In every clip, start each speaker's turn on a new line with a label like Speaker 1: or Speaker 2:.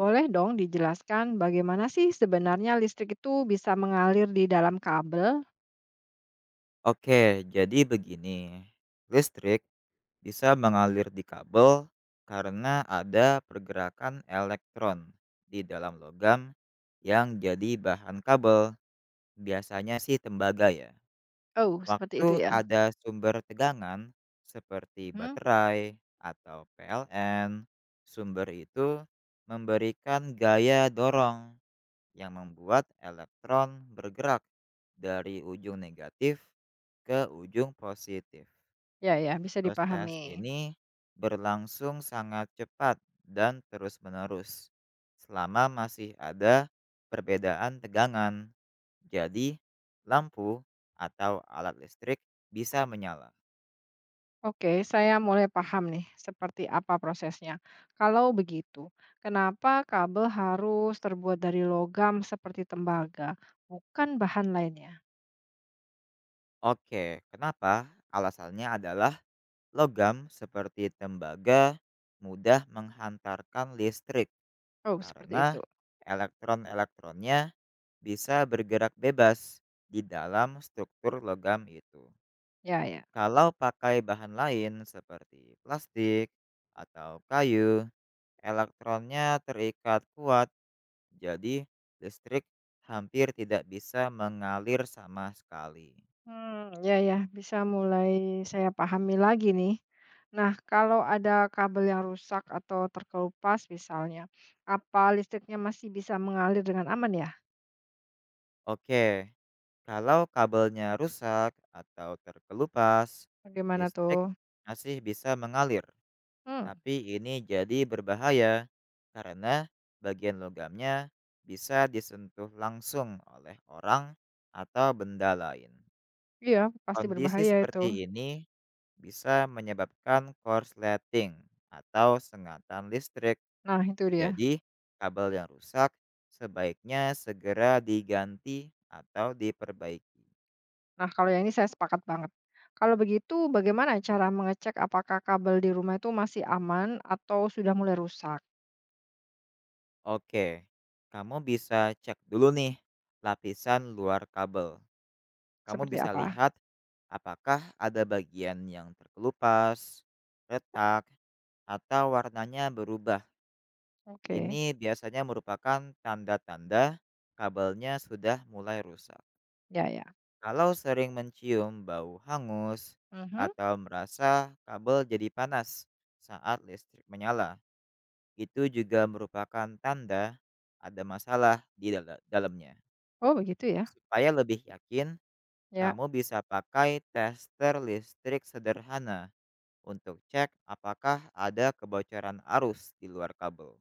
Speaker 1: Boleh dong dijelaskan bagaimana sih sebenarnya listrik itu bisa mengalir di dalam kabel?
Speaker 2: Oke, jadi begini. Listrik bisa mengalir di kabel karena ada pergerakan elektron di dalam logam yang jadi bahan kabel, biasanya sih tembaga ya.
Speaker 1: Oh, seperti
Speaker 2: Waktu
Speaker 1: itu ya.
Speaker 2: ada sumber tegangan seperti
Speaker 1: Mhm.
Speaker 2: baterai atau PLN, sumber itu memberikan gaya dorong yang membuat elektron bergerak dari ujung negatif ke ujung positif.
Speaker 1: Ya, ya, bisa
Speaker 2: Proses
Speaker 1: dipahami.
Speaker 2: ini berlangsung sangat cepat dan terus-menerus selama masih ada perbedaan tegangan. Jadi, lampu atau alat listrik bisa menyala.
Speaker 1: Oke, saya mulai paham nih seperti apa prosesnya. Kalau begitu, kenapa kabel harus terbuat dari logam seperti tembaga, bukan bahan lainnya?
Speaker 2: Oke, kenapa? Alasannya adalah logam seperti tembaga mudah menghantarkan listrik
Speaker 1: Oh, seperti
Speaker 2: karena
Speaker 1: itu.
Speaker 2: elektron-elektronnya bisa bergerak bebas di dalam struktur logam itu.
Speaker 1: Ya, ya.
Speaker 2: Kalau pakai bahan lain seperti plastik atau kayu, elektronnya terikat kuat, jadi listrik hampir tidak bisa mengalir sama sekali.
Speaker 1: Hmm, ya ya, bisa mulai saya pahami lagi nih. Nah, kalau ada kabel yang rusak atau terkelupas misalnya, apa listriknya masih bisa mengalir dengan aman ya?
Speaker 2: Oke, kalau kabelnya rusak atau terkelupas,
Speaker 1: Bagaimana
Speaker 2: listrik
Speaker 1: tuh?
Speaker 2: masih bisa mengalir.
Speaker 1: Hmm,
Speaker 2: Tapi ini jadi berbahaya karena bagian logamnya bisa disentuh langsung oleh orang atau benda lain.
Speaker 1: iya pasti
Speaker 2: Kondisi
Speaker 1: berbahaya itu.
Speaker 2: seperti ini bisa menyebabkan korsleting atau sengatan listrik.
Speaker 1: Nah itu dia.
Speaker 2: Jadi, kabel yang rusak sebaiknya segera diganti atau diperbaiki.
Speaker 1: Nah kalau yang ini saya sepakat banget. Kalau begitu bagaimana cara mengecek apakah kabel di rumah itu masih aman atau sudah mulai rusak?
Speaker 2: Oke, kamu bisa cek dulu nih lapisan luar kabel. Kamu
Speaker 1: Seperti
Speaker 2: bisa
Speaker 1: apa?
Speaker 2: lihat apakah ada bagian yang terkelupas, retak, atau warnanya berubah.
Speaker 1: Oke,
Speaker 2: Ini biasanya merupakan tanda-tanda kabelnya sudah mulai rusak.
Speaker 1: ya ya.
Speaker 2: Kalau sering mencium bau hangus
Speaker 1: Mhm.
Speaker 2: atau merasa kabel jadi panas saat listrik menyala, itu juga merupakan tanda ada masalah di dalamnya.
Speaker 1: Oh begitu ya?
Speaker 2: Supaya lebih yakin,
Speaker 1: Ya.
Speaker 2: kamu bisa pakai tester listrik sederhana untuk cek apakah ada kebocoran arus di luar kabel.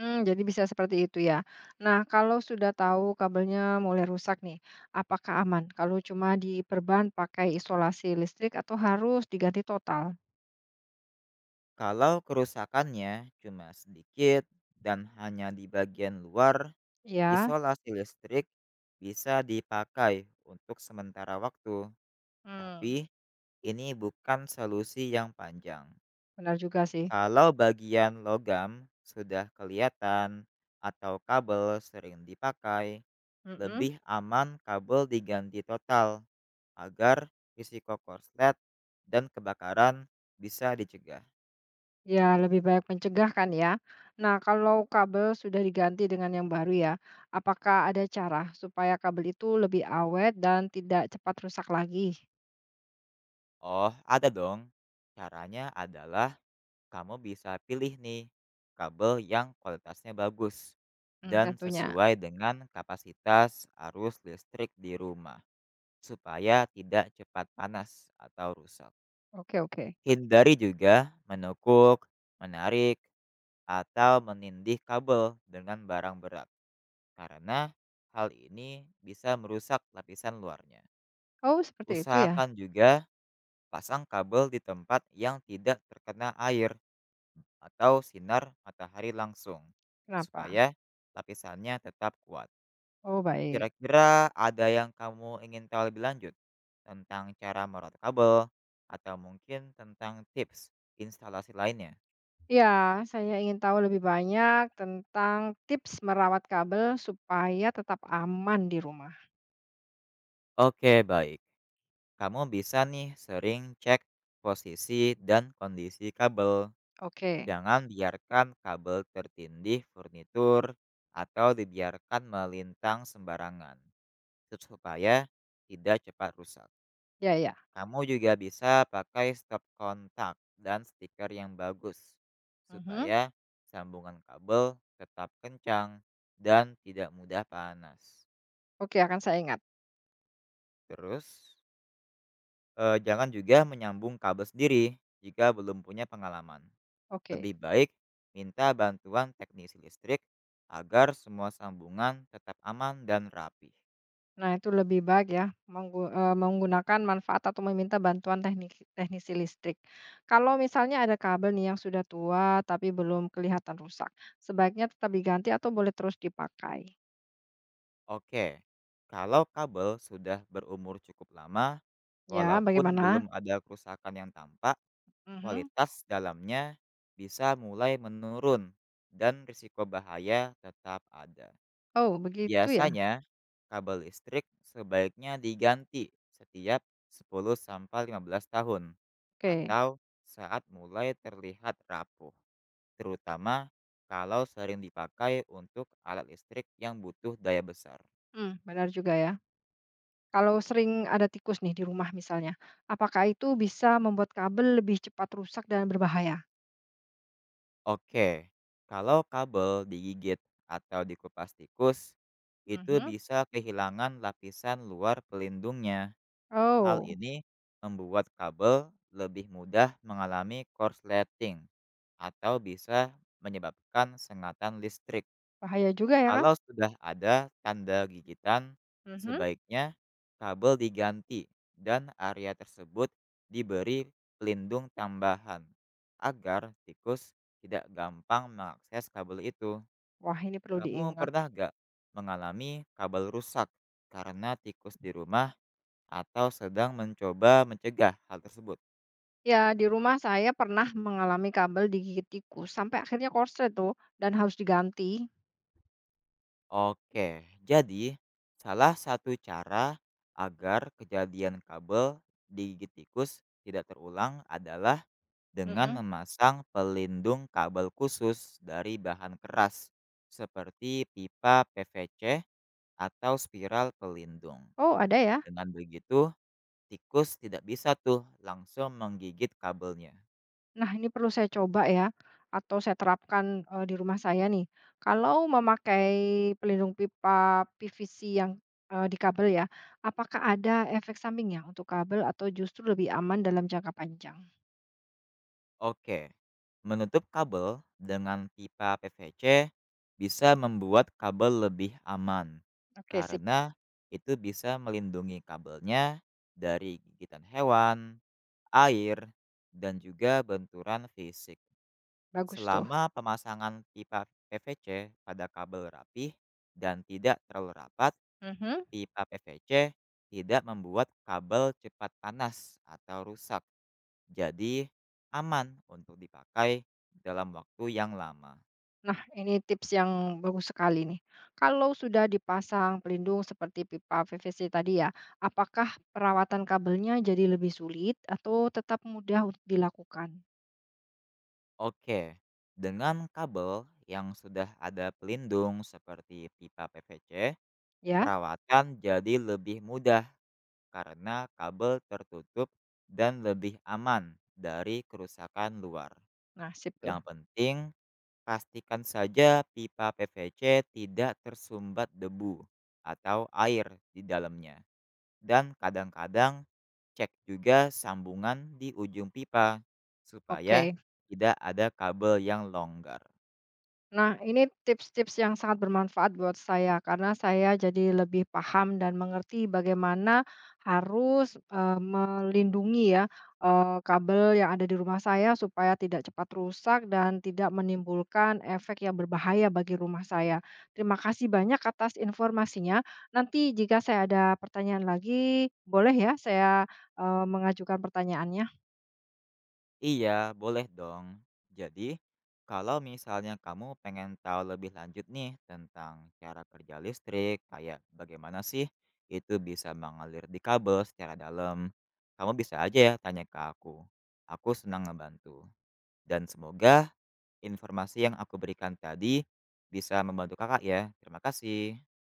Speaker 1: Hmm, jadi bisa seperti itu ya. Nah, kalau sudah tahu kabelnya mulai rusak nih, apakah aman kalau cuma diperban pakai isolasi listrik atau harus diganti total?
Speaker 2: Kalau kerusakannya cuma sedikit dan hanya di bagian luar,
Speaker 1: Ya,
Speaker 2: isolasi listrik bisa dipakai untuk sementara waktu,
Speaker 1: mmm,
Speaker 2: tapi ini bukan solusi yang panjang.
Speaker 1: benar juga sih,
Speaker 2: Kalau bagian logam sudah kelihatan atau kabel sering dipakai,
Speaker 1: mhm,
Speaker 2: lebih aman kabel diganti total agar risiko korslet dan kebakaran bisa dicegah.
Speaker 1: ya lebih baik mencegah kan ya. Nah, kalau kabel sudah diganti dengan yang baru ya, apakah ada cara supaya kabel itu lebih awet dan tidak cepat rusak lagi?
Speaker 2: Oh, ada dong. Caranya adalah kamu bisa pilih nih kabel yang kualitasnya bagus
Speaker 1: Mmm,
Speaker 2: dan
Speaker 1: tentunya.
Speaker 2: sesuai dengan kapasitas arus listrik di rumah supaya tidak cepat panas atau rusak.
Speaker 1: Oke, oke.
Speaker 2: Hindari juga menukuk, menarik, atau menindih kabel dengan barang berat karena hal ini bisa merusak lapisan luarnya.
Speaker 1: Oh, seperti itu ya?
Speaker 2: Usahakan juga pasang kabel di tempat yang tidak terkena air atau sinar matahari langsung,
Speaker 1: Kenapa?
Speaker 2: supaya lapisannya tetap kuat.
Speaker 1: Oh, baik.
Speaker 2: Kira-kira ada yang kamu ingin tahu lebih lanjut tentang cara merawat kabel atau mungkin tentang tips instalasi lainnya?
Speaker 1: Ya, saya ingin tahu lebih banyak tentang tips merawat kabel supaya tetap aman di rumah.
Speaker 2: Oke, baik. Kamu bisa nih sering cek posisi dan kondisi kabel.
Speaker 1: Oke,
Speaker 2: Jangan biarkan kabel tertindih furnitur atau dibiarkan melintang sembarangan, supaya tidak cepat rusak.
Speaker 1: ya ya.
Speaker 2: Kamu juga bisa pakai stop kontak dan stiker yang bagus,
Speaker 1: Mhm.
Speaker 2: supaya sambungan kabel tetap kencang dan tidak mudah panas.
Speaker 1: Oke, akan saya ingat.
Speaker 2: Terus, jangan juga menyambung kabel sendiri jika belum punya pengalaman.
Speaker 1: Oke.
Speaker 2: Lebih baik minta bantuan teknisi listrik agar semua sambungan tetap aman dan rapi.
Speaker 1: Nah, itu lebih baik ya menggunakan manfaat atau meminta bantuan teknisi listrik. Kalau misalnya ada kabel nih yang sudah tua tapi belum kelihatan rusak, sebaiknya tetap diganti atau boleh terus dipakai.
Speaker 2: Oke, kalau kabel sudah berumur cukup lama,
Speaker 1: Ya,
Speaker 2: walaupun
Speaker 1: bagaimana?
Speaker 2: belum ada kerusakan yang tampak,
Speaker 1: Mhm.
Speaker 2: kualitas dalamnya bisa mulai menurun dan risiko bahaya tetap ada.
Speaker 1: Oh, begitu ya.
Speaker 2: Biasanya, kabel listrik sebaiknya diganti setiap 10 sampai 15 tahun
Speaker 1: Oke.
Speaker 2: atau saat mulai terlihat rapuh, terutama kalau sering dipakai untuk alat listrik yang butuh daya besar.
Speaker 1: Hmm, benar juga ya. Kalau sering ada tikus nih di rumah misalnya, apakah itu bisa membuat kabel lebih cepat rusak dan berbahaya?
Speaker 2: Oke, kalau kabel digigit atau dikupas tikus, itu
Speaker 1: Mhm.
Speaker 2: bisa kehilangan lapisan luar pelindungnya. Hal
Speaker 1: Oh,
Speaker 2: ini membuat kabel lebih mudah mengalami korsleting atau bisa menyebabkan sengatan listrik.
Speaker 1: bahaya juga ya kan?
Speaker 2: Kalau sudah ada tanda gigitan,
Speaker 1: Mhm.
Speaker 2: sebaiknya kabel diganti dan area tersebut diberi pelindung tambahan agar tikus tidak gampang mengakses kabel itu.
Speaker 1: Wah, ini perlu
Speaker 2: Kamu
Speaker 1: diingat.
Speaker 2: pernah gak mengalami kabel rusak karena tikus di rumah atau sedang mencoba mencegah hal tersebut.
Speaker 1: Ya, di rumah saya pernah mengalami kabel digigit tikus sampai akhirnya korslet tuh dan harus diganti.
Speaker 2: Oke, jadi salah satu cara agar kejadian kabel digigit tikus tidak terulang adalah dengan
Speaker 1: Mm.
Speaker 2: memasang pelindung kabel khusus dari bahan keras seperti pipa PVC atau spiral pelindung.
Speaker 1: Oh, ada ya?
Speaker 2: Dengan begitu, tikus tidak bisa tuh langsung menggigit kabelnya.
Speaker 1: Nah, ini perlu saya coba ya, atau saya terapkan, di rumah saya nih. Kalau memakai pelindung pipa PVC yang, di kabel ya, apakah ada efek sampingnya untuk kabel atau justru lebih aman dalam jangka panjang?
Speaker 2: Oke, menutup kabel dengan pipa PVC bisa membuat kabel lebih aman
Speaker 1: Oke, sip,
Speaker 2: karena itu bisa melindungi kabelnya dari gigitan hewan, air, dan juga benturan fisik.
Speaker 1: bagus tuh.
Speaker 2: Selama pemasangan pipa PVC pada kabel rapih dan tidak terlalu rapat,
Speaker 1: Mhm.
Speaker 2: pipa PVC tidak membuat kabel cepat panas atau rusak. Jadi aman untuk dipakai dalam waktu yang lama.
Speaker 1: Nah, ini tips yang bagus sekali nih. Kalau sudah dipasang pelindung seperti pipa PVC tadi ya, apakah perawatan kabelnya jadi lebih sulit atau tetap mudah untuk dilakukan?
Speaker 2: Oke, dengan kabel yang sudah ada pelindung seperti pipa PVC,
Speaker 1: Ya?
Speaker 2: perawatan jadi lebih mudah karena kabel tertutup dan lebih aman dari kerusakan luar.
Speaker 1: Nah, sip tuh.
Speaker 2: Yang penting, pastikan saja pipa PVC tidak tersumbat debu atau air di dalamnya, dan kadang-kadang cek juga sambungan di ujung pipa supaya
Speaker 1: Oke.
Speaker 2: tidak ada kabel yang longgar.
Speaker 1: Nah, ini tips-tips yang sangat bermanfaat buat saya karena saya jadi lebih paham dan mengerti bagaimana harus, melindungi ya, kabel yang ada di rumah saya supaya tidak cepat rusak dan tidak menimbulkan efek yang berbahaya bagi rumah saya. Terima kasih banyak atas informasinya. Nanti jika saya ada pertanyaan lagi, boleh ya saya, mengajukan pertanyaannya?
Speaker 2: Iya, boleh dong. Jadi, kalau misalnya kamu pengen tahu lebih lanjut nih tentang cara kerja listrik, kayak bagaimana sih itu bisa mengalir di kabel secara dalam, kamu bisa aja ya tanya ke aku. Aku senang ngebantu. Dan semoga informasi yang aku berikan tadi bisa membantu kakak ya. Terima kasih.